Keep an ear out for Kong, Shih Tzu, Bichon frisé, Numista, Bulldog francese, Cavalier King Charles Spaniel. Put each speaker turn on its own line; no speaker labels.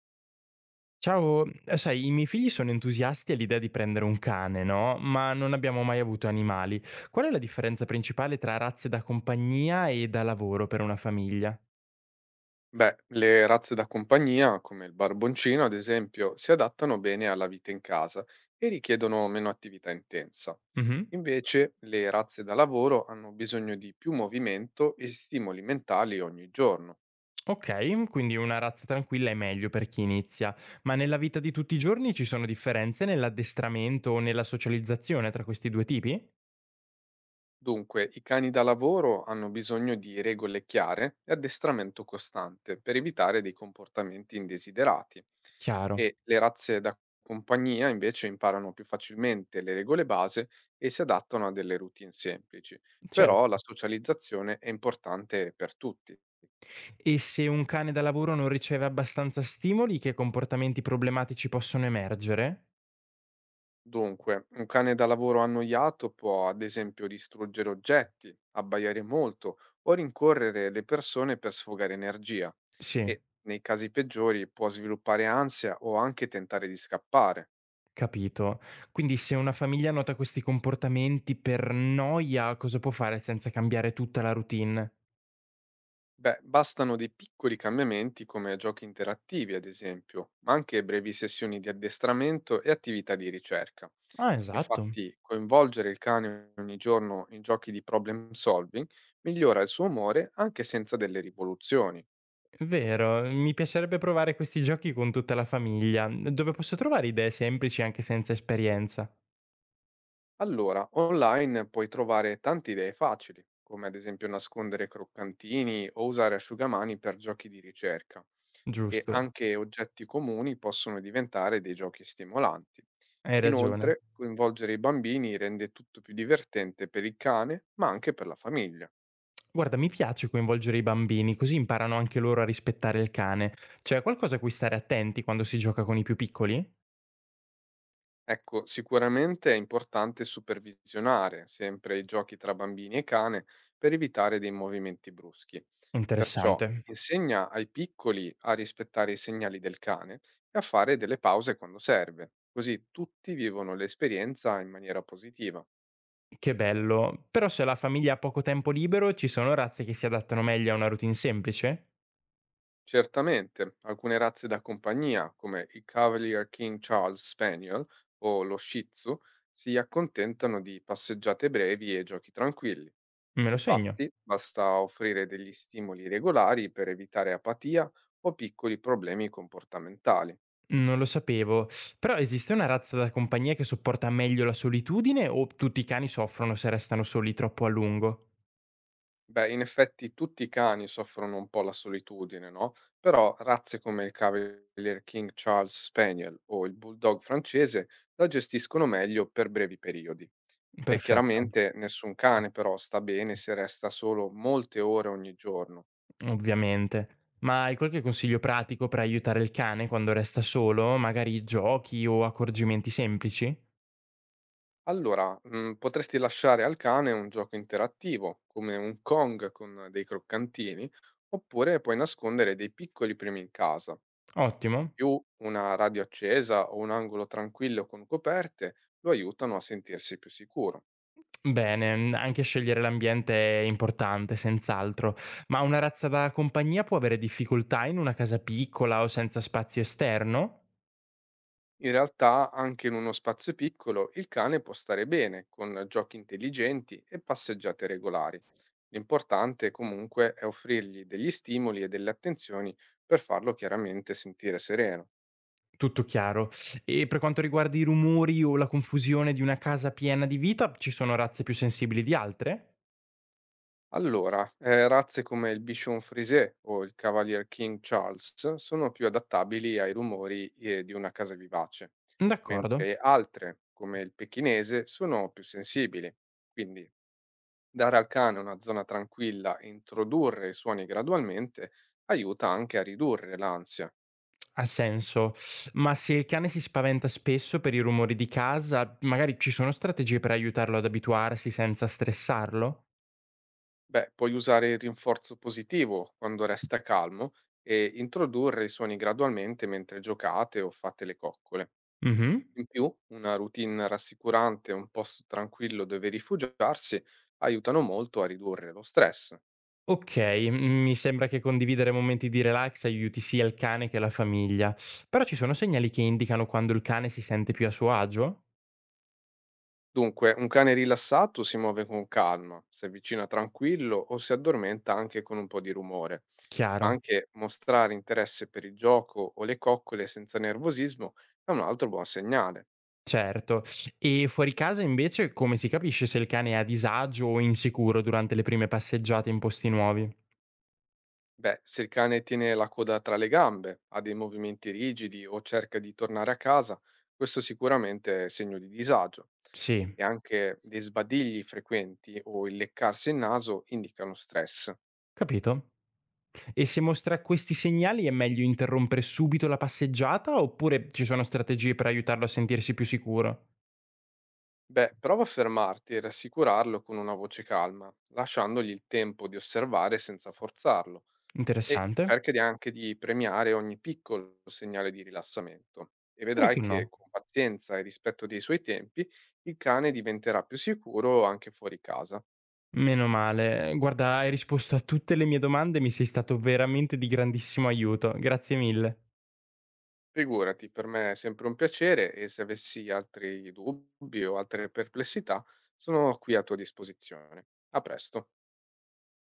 Ciao, sai, i miei figli sono entusiasti all'idea di prendere un cane, no? Ma non abbiamo mai avuto animali. Qual è la differenza principale tra razze da compagnia e da lavoro per una famiglia?
Beh, le razze da compagnia, come il barboncino ad esempio, si adattano bene alla vita in casa e richiedono meno attività intensa.
Mhm.
Invece, le razze da lavoro hanno bisogno di più movimento e stimoli mentali ogni giorno.
Ok, quindi una razza tranquilla è meglio per chi inizia, ma nella vita di tutti i giorni ci sono differenze nell'addestramento o nella socializzazione tra questi due tipi?
Dunque, i cani da lavoro hanno bisogno di regole chiare e addestramento costante per evitare dei comportamenti indesiderati,
Chiaro,
e le razze da compagnia invece imparano più facilmente le regole base e si adattano a delle routine semplici, però la
certo.
socializzazione è importante per tutti.
E se un cane da lavoro non riceve abbastanza stimoli, che comportamenti problematici possono emergere?
Dunque, un cane da lavoro annoiato può, ad esempio, distruggere oggetti, abbaiare molto o rincorrere le persone per sfogare energia
Sì.
e, nei casi peggiori, può sviluppare ansia o anche tentare di scappare.
Capito. Quindi se una famiglia nota questi comportamenti per noia, cosa può fare senza cambiare tutta la routine?
Beh, bastano dei piccoli cambiamenti come giochi interattivi, ad esempio, ma anche brevi sessioni di addestramento e attività di ricerca.
Ah, esatto.
Infatti, coinvolgere il cane ogni giorno in giochi di problem solving migliora il suo umore anche senza delle rivoluzioni.
Vero, mi piacerebbe provare questi giochi con tutta la famiglia, dove posso trovare idee semplici anche senza esperienza.
Allora, online puoi trovare tante idee facili, come ad esempio nascondere croccantini o usare asciugamani per giochi di ricerca, e
Giusto,
anche oggetti comuni possono diventare dei giochi stimolanti.
hai ragione.
Inoltre, coinvolgere i bambini rende tutto più divertente per il cane, ma anche per la famiglia.
Guarda, mi piace coinvolgere i bambini, così imparano anche loro a rispettare il cane. C'è qualcosa a cui stare attenti quando si gioca con i più piccoli?
Ecco, sicuramente è importante supervisionare sempre i giochi tra bambini e cane per evitare dei movimenti bruschi. Perciò
Interessante.
insegna ai piccoli a rispettare i segnali del cane e a fare delle pause quando serve, così tutti vivono l'esperienza in maniera positiva.
Che bello. Però se la famiglia ha poco tempo libero, ci sono razze che si adattano meglio a una routine semplice?
Certamente, alcune razze da compagnia, come il Cavalier King Charles Spaniel o lo Shih Tzu, si accontentano di passeggiate brevi e giochi tranquilli.
Me lo segno.
Infatti, basta offrire degli stimoli regolari per evitare apatia o piccoli problemi comportamentali.
Non lo sapevo. Però esiste una razza da compagnia che sopporta meglio la solitudine o tutti i cani soffrono se restano soli troppo a lungo?
Beh, in effetti tutti i cani soffrono un po' la solitudine, no? Però razze come il Cavalier King Charles Spaniel o il Bulldog francese la gestiscono meglio per brevi periodi. E
Perfetto,
chiaramente nessun cane però sta bene se resta solo molte ore ogni giorno.
ovviamente. Ma hai qualche consiglio pratico per aiutare il cane quando resta solo, magari giochi o accorgimenti semplici?
Allora, potresti lasciare al cane un gioco interattivo, come un Kong con dei croccantini, oppure puoi nascondere dei piccoli premi in casa. In
Ottimo.
più, una radio accesa o un angolo tranquillo con coperte lo aiutano a sentirsi più sicuro.
Bene, anche scegliere l'ambiente è importante, senz'altro. Ma una razza da compagnia può avere difficoltà in una casa piccola o senza spazio esterno?
In realtà, anche in uno spazio piccolo, il cane può stare bene con giochi intelligenti e passeggiate regolari. L'importante, comunque, è offrirgli degli stimoli e delle attenzioni per farlo chiaramente sentire sereno.
Tutto chiaro. E per quanto riguarda i rumori o la confusione di una casa piena di vita, ci sono razze più sensibili di altre?
Allora, razze come il Bichon frisé o il Cavalier King Charles sono più adattabili ai rumori di una casa vivace,
D'accordo,
mentre altre, come il pechinese, sono più sensibili. Quindi dare al cane una zona tranquilla e introdurre i suoni gradualmente aiuta anche a ridurre l'ansia.
ha senso. Ma se il cane si spaventa spesso per i rumori di casa, magari ci sono strategie per aiutarlo ad abituarsi senza stressarlo?
Beh, puoi usare il rinforzo positivo quando resta calmo e introdurre i suoni gradualmente mentre giocate o fate le coccole.
Mh-mh.
In più, una routine rassicurante e un posto tranquillo dove rifugiarsi aiutano molto a ridurre lo stress.
Okay, mi sembra che condividere momenti di relax aiuti sia il cane che la famiglia. Però ci sono segnali che indicano quando il cane si sente più a suo agio?
Dunque, un cane rilassato si muove con calma, si avvicina tranquillo o si addormenta anche con un po' di rumore, ma
Chiaro,
anche mostrare interesse per il gioco o le coccole senza nervosismo è un altro buon segnale.
certo. E fuori casa invece come si capisce se il cane è a disagio o insicuro durante le prime passeggiate in posti nuovi?
Beh, se il cane tiene la coda tra le gambe, ha dei movimenti rigidi o cerca di tornare a casa, questo sicuramente è segno di disagio.
Sì,
E anche dei sbadigli frequenti o il leccarsi il naso indicano stress.
capito. E se mostra questi segnali è meglio interrompere subito la passeggiata oppure ci sono strategie per aiutarlo a sentirsi più sicuro?
Beh, prova a fermarti e rassicurarlo con una voce calma, lasciandogli il tempo di osservare senza forzarlo. E
Interessante.
cerca di anche di premiare ogni piccolo segnale di rilassamento e vedrai
Perché
che
no?
con pazienza e rispetto dei suoi tempi il cane diventerà più sicuro anche fuori casa.
Meno male. Guarda, hai risposto a tutte le mie domande, mi sei stato veramente di grandissimo aiuto. Grazie mille.
Figurati, per me è sempre un piacere e se avessi altri dubbi o altre perplessità sono qui a tua disposizione. A presto.